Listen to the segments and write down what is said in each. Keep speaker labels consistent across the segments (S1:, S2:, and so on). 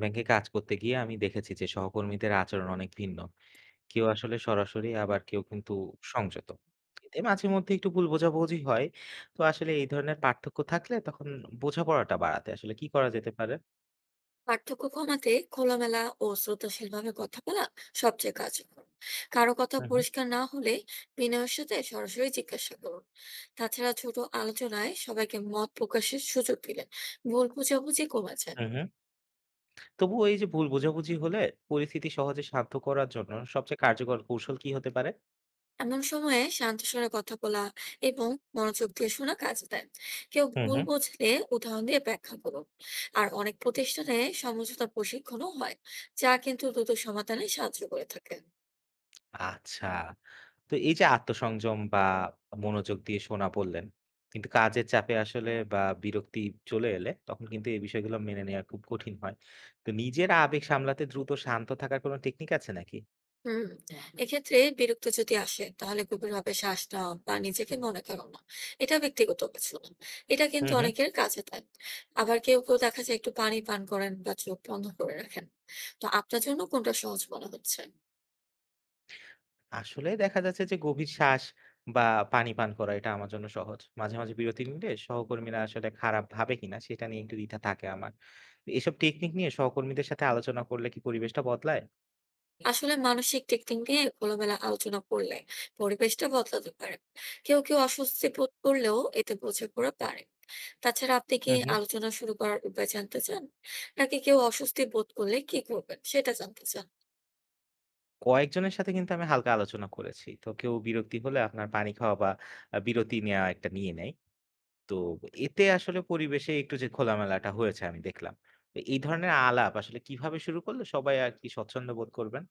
S1: ব্যাংকে কাজ করতে গিয়ে আমি দেখেছি যে সহকর্মীদের আচরণ অনেক ভিন্ন। কেউ আসলে সরাসরি আবার কেউ কিন্তু সংযত। এতে মাঝে মধ্যে একটু ভুল বোঝাবুঝি হয়। তো আসলে এই ধরনের পার্থক্য থাকলে তখন বোঝাপড়াটা বাড়াতে আসলে কি করা যেতে পারে?
S2: পার্থক্য কমাতে খোলামেলা ও শ্রদ্ধাশীল ভাবে কথা বলা সবচেয়ে কার্যকর। কারো কথা
S1: হুম, হুম,
S2: পরিষ্কার না হলে বিনয়ের সাথে সরাসরি জিজ্ঞাসা করুন। তাছাড়া ছোট আলোচনায় সবাইকে মত প্রকাশের সুযোগ দিলে ভুল বোঝাবুঝি কমে যায়।
S1: হুম, হুম। তবুও এই যে ভুল বোঝাবুঝি হলে পরিস্থিতি সহজে শান্ত করার জন্য সবচেয়ে কার্যকর কৌশল কি হতে পারে?
S2: এমন সময়ে শান্ত স্বরে কথা বলা এবং মনোযোগ দিয়ে শোনা কাজে দেয়। কেউ
S1: হুম,
S2: ভুল
S1: হুম।
S2: বুঝলে উদাহরণ দিয়ে ব্যাখ্যা করুন। আর অনেক প্রতিষ্ঠানে সমঝোতা প্রশিক্ষণও হয়, যা কিন্তু দ্রুত সমাধানে সাহায্য করে থাকে।
S1: আচ্ছা। তো এই যে আত্মসংযম বা মনোযোগ দিয়ে শোনা বললেন, কিন্তু কাজের চাপে আসলে বা বিরক্তি চলে এলে তখন কিন্তু এই বিষয়গুলো মেনে নেওয়া খুব কঠিন হয়। তো নিজের আবেগ সামলাতে দ্রুত শান্ত থাকার কোনো টেকনিক আছে নাকি?
S2: হুম, এক্ষেত্রে বিরক্তি যদি আসে তাহলে গভীরভাবে শ্বাস নেওয়া বা নিজেকে মনে করো না এটা ব্যক্তিগত কিছু না। এটা
S1: হুম,
S2: কিন্তু
S1: হুম।
S2: অনেকের কাজে দেয়। আবার কেউ কেউ দেখা যায় একটু পানি পান করেন বা চোখ বন্ধ করে রাখেন। তো আপনার জন্য কোনটা সহজ মনে হচ্ছে?
S1: আসলে দেখা যাচ্ছে যে গভীর শ্বাস বা পানি পান করা এটা আমার জন্য সহজ। মাঝে, মাঝে বিরতি নিলে সহকর্মীরা আসলে খারাপ ভাবে কিনা সেটা নিয়ে একটু দ্বিধা থাকে আমার। এসব টেকনিক নিয়ে সহকর্মীদের সাথে আলোচনা করলে কি পরিবেশটা বদলায়?
S2: আসলে মানসিক দিক দিক নিয়ে খোলামেলা আলোচনা করলে পরিবেশটা বদলাতে পারে। কেউ কেউ অস্বস্তি বোধ করলেও এতে বোঝে পড়ে পারে। তাছাড়া আপনি কি
S1: হুম হুম।
S2: আলোচনা শুরু করার উপায় জানতে চান, নাকি কেউ অস্বস্তি বোধ করলে কি করবেন সেটা জানতে চান?
S1: কয়েকজনের সাথে কিন্তু আমি হালকা আলোচনা করেছি। তো কেউ বিরক্তি হলে আপনার পানি খাওয়া বা বিরতি নেয়া একটা নিয়ে নেয়। তো এতে আসলে পরিবেশে একটু যে খোলামেলাটা হয়েছে আমি দেখলাম। তো এই ধরনের আলাপ আসলে কিভাবে শুরু করলে সবাই আরকি স্বচ্ছন্দ বোধ করবেন?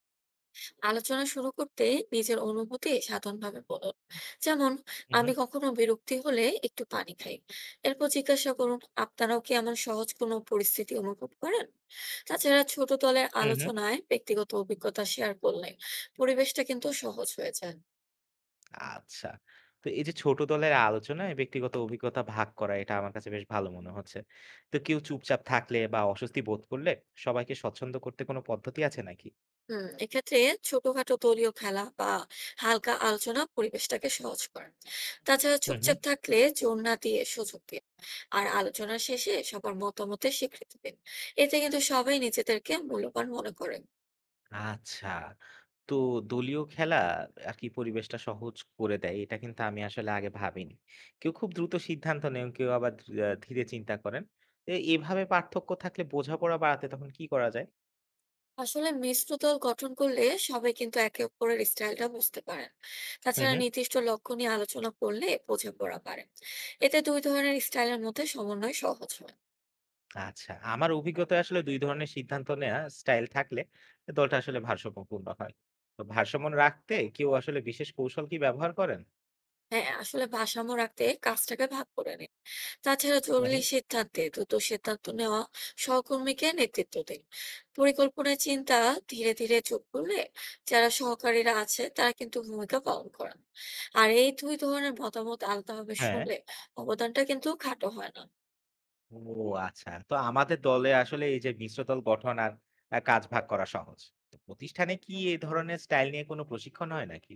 S2: আলোচনা শুরু করতে নিজের অনুভূতি সাধারণভাবে বলুন, যেমন
S1: হু, হু,
S2: আমি কখনো বিরক্তি হলে একটু পানি খাই। এরপর জিজ্ঞাসা করুন আপনারাও কি এমন সহজ কোনো পরিস্থিতি অনুভব করেন। তাছাড়া ছোট দলের
S1: হু, হু।
S2: আলোচনায় ব্যক্তিগত অভিজ্ঞতা শেয়ার করলে পরিবেশটা কিন্তু সহজ হয়ে যায়।
S1: আচ্ছা। তো এই যে ছোট দলের আলোচনায় ব্যক্তিগত অভিজ্ঞতা ভাগ করা এটা আমার কাছে বেশ ভালো মনে হচ্ছে। তো কেউ চুপচাপ থাকলে বা অস্বস্তি বোধ করলে সবাইকে স্বচ্ছন্দ করতে কোনো পদ্ধতি আছে নাকি?
S2: হুম, এক্ষেত্রে ছোটখাটো দলীয় খেলা বা হালকা আলোচনা পরিবেশটাকে সহজ করে। তাছাড়া
S1: হুম, হুম।
S2: চুপচাপ থাকলে জোর না দিয়ে সুযোগ দিন। আর আলোচনার শেষে সবার মতামতের স্বীকৃতি দিন। এতে কিন্তু সবাই নিজেদেরকে মূল্যবান মনে করেন।
S1: আচ্ছা। তো দলীয় খেলা আর কি পরিবেশটা সহজ করে দেয়, এটা কিন্তু আমি আসলে আগে ভাবিনি। কেউ খুব দ্রুত সিদ্ধান্ত নেন, কেউ আবার ধীরে চিন্তা করেন। তো এভাবে পার্থক্য থাকলে বোঝাপড়া বাড়াতে তখন কি করা যায়?
S2: আসলে মিশ্র দল গঠন করলে সবাই কিন্তু একে অপরের স্টাইলটা বুঝতে পারেন।
S1: হুম,
S2: তাছাড়া
S1: হুম।
S2: নির্দিষ্ট লক্ষ্য নিয়ে আলোচনা করলে বোঝাপড়া পারে। এতে দুই ধরনের স্টাইলের মধ্যে সমন্বয় সহজ হয়।
S1: আচ্ছা, আমার অভিজ্ঞতায় আসলে ২ ধরনের সিদ্ধান্ত নেয়া স্টাইল থাকলে দলটা আসলে ভারসাম্যপূর্ণ হয়। তো ভারসাম্য রাখতে কেউ আসলে বিশেষ কৌশল কি ব্যবহার করেন?
S2: হ্যাঁ, আসলে ভারসাম্য রাখতে কাজটাকে ভাগ করে নিন। তাছাড়া
S1: হুম,
S2: জরুরি
S1: হুম।
S2: সিদ্ধান্তে দ্রুত সিদ্ধান্ত নেওয়া সহকর্মীকে নেতৃত্ব দিন। পরিকল্পনা চিন্তা ধীরে ধীরে যোগ করলে যারা সহকারীরা আছে তারা কিন্তু ভূমিকা পালন করেন। আর এই দুই ধরনের মতামত আলাদাভাবে
S1: হ্যাঁ।
S2: শুনলে অবদানটা কিন্তু খাটো হয় না।
S1: ও আচ্ছা। তো আমাদের দলে আসলে এই যে মিশ্র দল গঠন আর কাজ ভাগ করা সহজ। তো প্রতিষ্ঠানে কি এই ধরনের স্টাইল নিয়ে কোনো প্রশিক্ষণ হয় নাকি?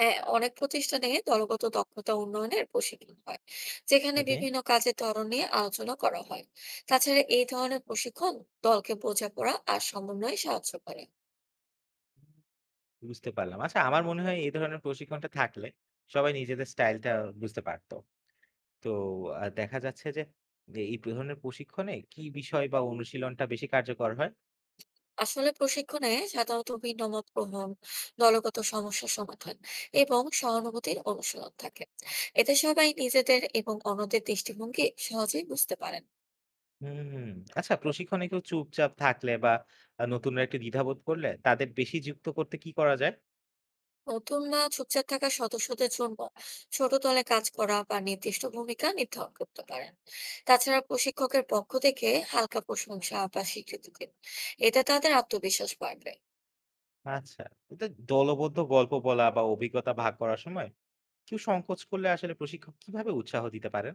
S2: হ্যাঁ, অনেক প্রতিষ্ঠানে দলগত দক্ষতা উন্নয়নের প্রশিক্ষণ হয়, যেখানে
S1: ওকে।
S2: বিভিন্ন কাজের ধরন নিয়ে আলোচনা করা হয়। তাছাড়া এই ধরনের প্রশিক্ষণ দলকে বোঝাপড়া আর সমন্বয়ে সাহায্য করে।
S1: বুঝতে পারলাম। আচ্ছা আমার মনে হয় এই ধরনের প্রশিক্ষণটা থাকলে সবাই নিজেদের স্টাইলটা বুঝতে পারত। তো দেখা যাচ্ছে যে, এই ধরনের প্রশিক্ষণে কি বিষয় বা অনুশীলনটা বেশি কার্যকর হয়?
S2: আসলে প্রশিক্ষণে সাধারণত ভিন্নমত গ্রহণ, দলগত সমস্যা সমাধান এবং সহানুভূতির অনুশীলন থাকে। এতে সবাই নিজেদের এবং অন্যদের দৃষ্টিভঙ্গি সহজেই বুঝতে পারেন।
S1: হুম। আচ্ছা প্রশিক্ষণে কেউ চুপচাপ থাকলে বা নতুনরা একটু দ্বিধাবোধ করলে তাদের বেশি যুক্ত করতে কি করা যায়?
S2: নতুন না চুপচাপ থাকা সদস্যদের জন্য ছোট দলে কাজ করা বা নির্দিষ্ট ভূমিকা নির্ধারণ করতে পারেন। তাছাড়া প্রশিক্ষকের পক্ষ থেকে হালকা প্রশংসা বা স্বীকৃতি দিন। এতে তাদের আত্মবিশ্বাস বাড়বে।
S1: আচ্ছা। এটা দলবদ্ধ গল্প বলা বা অভিজ্ঞতা ভাগ করার সময় কেউ সংকোচ করলে আসলে প্রশিক্ষক কিভাবে উৎসাহ দিতে পারেন?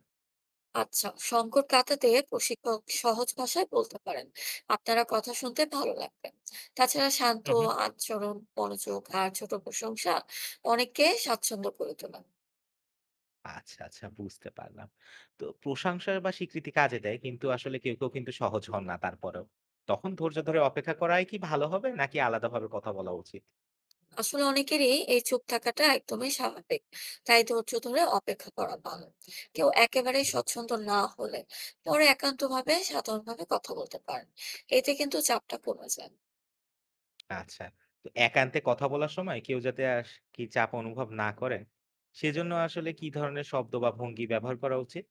S2: আচ্ছা, সংকট কাটাতে প্রশিক্ষক সহজ ভাষায় বলতে পারেন আপনারা কথা শুনতে ভালো লাগবে। তাছাড়া শান্ত
S1: হুম, হুম।
S2: আচরণ, মনোযোগ আর ছোট প্রশংসা অনেককে স্বাচ্ছন্দ্য করে তোলেন।
S1: আচ্ছা, আচ্ছা বুঝতে পারলাম। তো প্রশংসা বা স্বীকৃতি কাজে দেয় কিন্তু আসলে কেউ কিন্তু সহজ হন না তারপরেও। তখন ধৈর্য ধরে অপেক্ষা করাই কি ভালো হবে নাকি আলাদাভাবে কথা বলা উচিত?
S2: আসলে অনেকেরই এই চুপ থাকাটা একদমই স্বাভাবিক, তাই ধৈর্য ধরে অপেক্ষা করা ভালো। কেউ একেবারে
S1: হুম।
S2: স্বচ্ছন্দ না হলে পরে একান্তভাবে সাধারণভাবে কথা বলতে পারেন। এতে কিন্তু চাপটা কমে যায়।
S1: আচ্ছা। তো একান্তে কথা বলার সময় কেউ যাতে কি চাপ অনুভব না করেন সেজন্য আসলে কি ধরনের শব্দ বা ভঙ্গি ব্যবহার করা উচিত?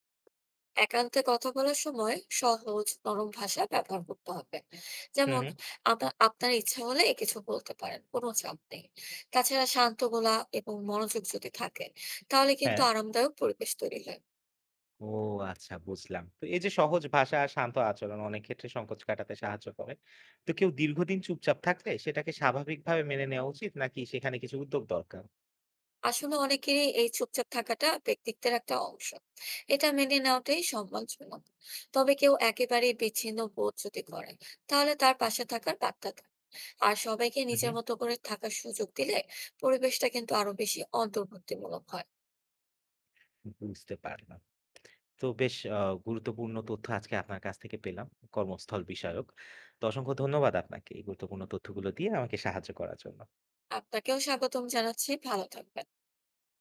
S2: একান্তে কথা বলার সময় সহজ, নরম ভাষা ব্যবহার করতে হবে।
S1: হুম,
S2: যেমন,
S1: হুম।
S2: আপনার ইচ্ছা হলে কিছু বলতে পারেন, কোনো চাপ নেই। তাছাড়া শান্ত গলা এবং মনোযোগ যদি থাকে, তাহলে কিন্তু
S1: হ্যাঁ।
S2: আরামদায়ক পরিবেশ তৈরি হয়।
S1: ও আচ্ছা বুঝলাম। তো এই যে সহজ ভাষা আর শান্ত আচরণ অনেক ক্ষেত্রে সংকোচ কাটাতে সাহায্য করে। তো কেউ দীর্ঘদিন চুপচাপ থাকলে সেটাকে স্বাভাবিকভাবে মেনে নেওয়া উচিত নাকি সেখানে কিছু উদ্যোগ দরকার?
S2: আসলে অনেকেরই এই চুপচাপ থাকাটা ব্যক্তিত্বের একটা অংশ। এটা মেনে নেওয়াটাই সম্মানজনক। তবে কেউ একেবারেই বিচ্ছিন্ন বোধ যদি করে, তাহলে তার পাশে থাকার বার্তা দেন। আর সবাইকে
S1: হুম,
S2: নিজের
S1: হুম।
S2: মতো করে থাকার সুযোগ দিলে পরিবেশটা কিন্তু আরো বেশি অন্তর্ভুক্তিমূলক হয়।
S1: বুঝতে পারলাম। তো বেশ গুরুত্বপূর্ণ তথ্য আজকে আপনার কাছ থেকে পেলাম কর্মস্থল বিষয়ক। তো অসংখ্য ধন্যবাদ আপনাকে এই গুরুত্বপূর্ণ তথ্যগুলো দিয়ে আমাকে সাহায্য করার জন্য।
S2: আপনাকেও স্বাগতম জানাচ্ছি। ভালো থাকবেন।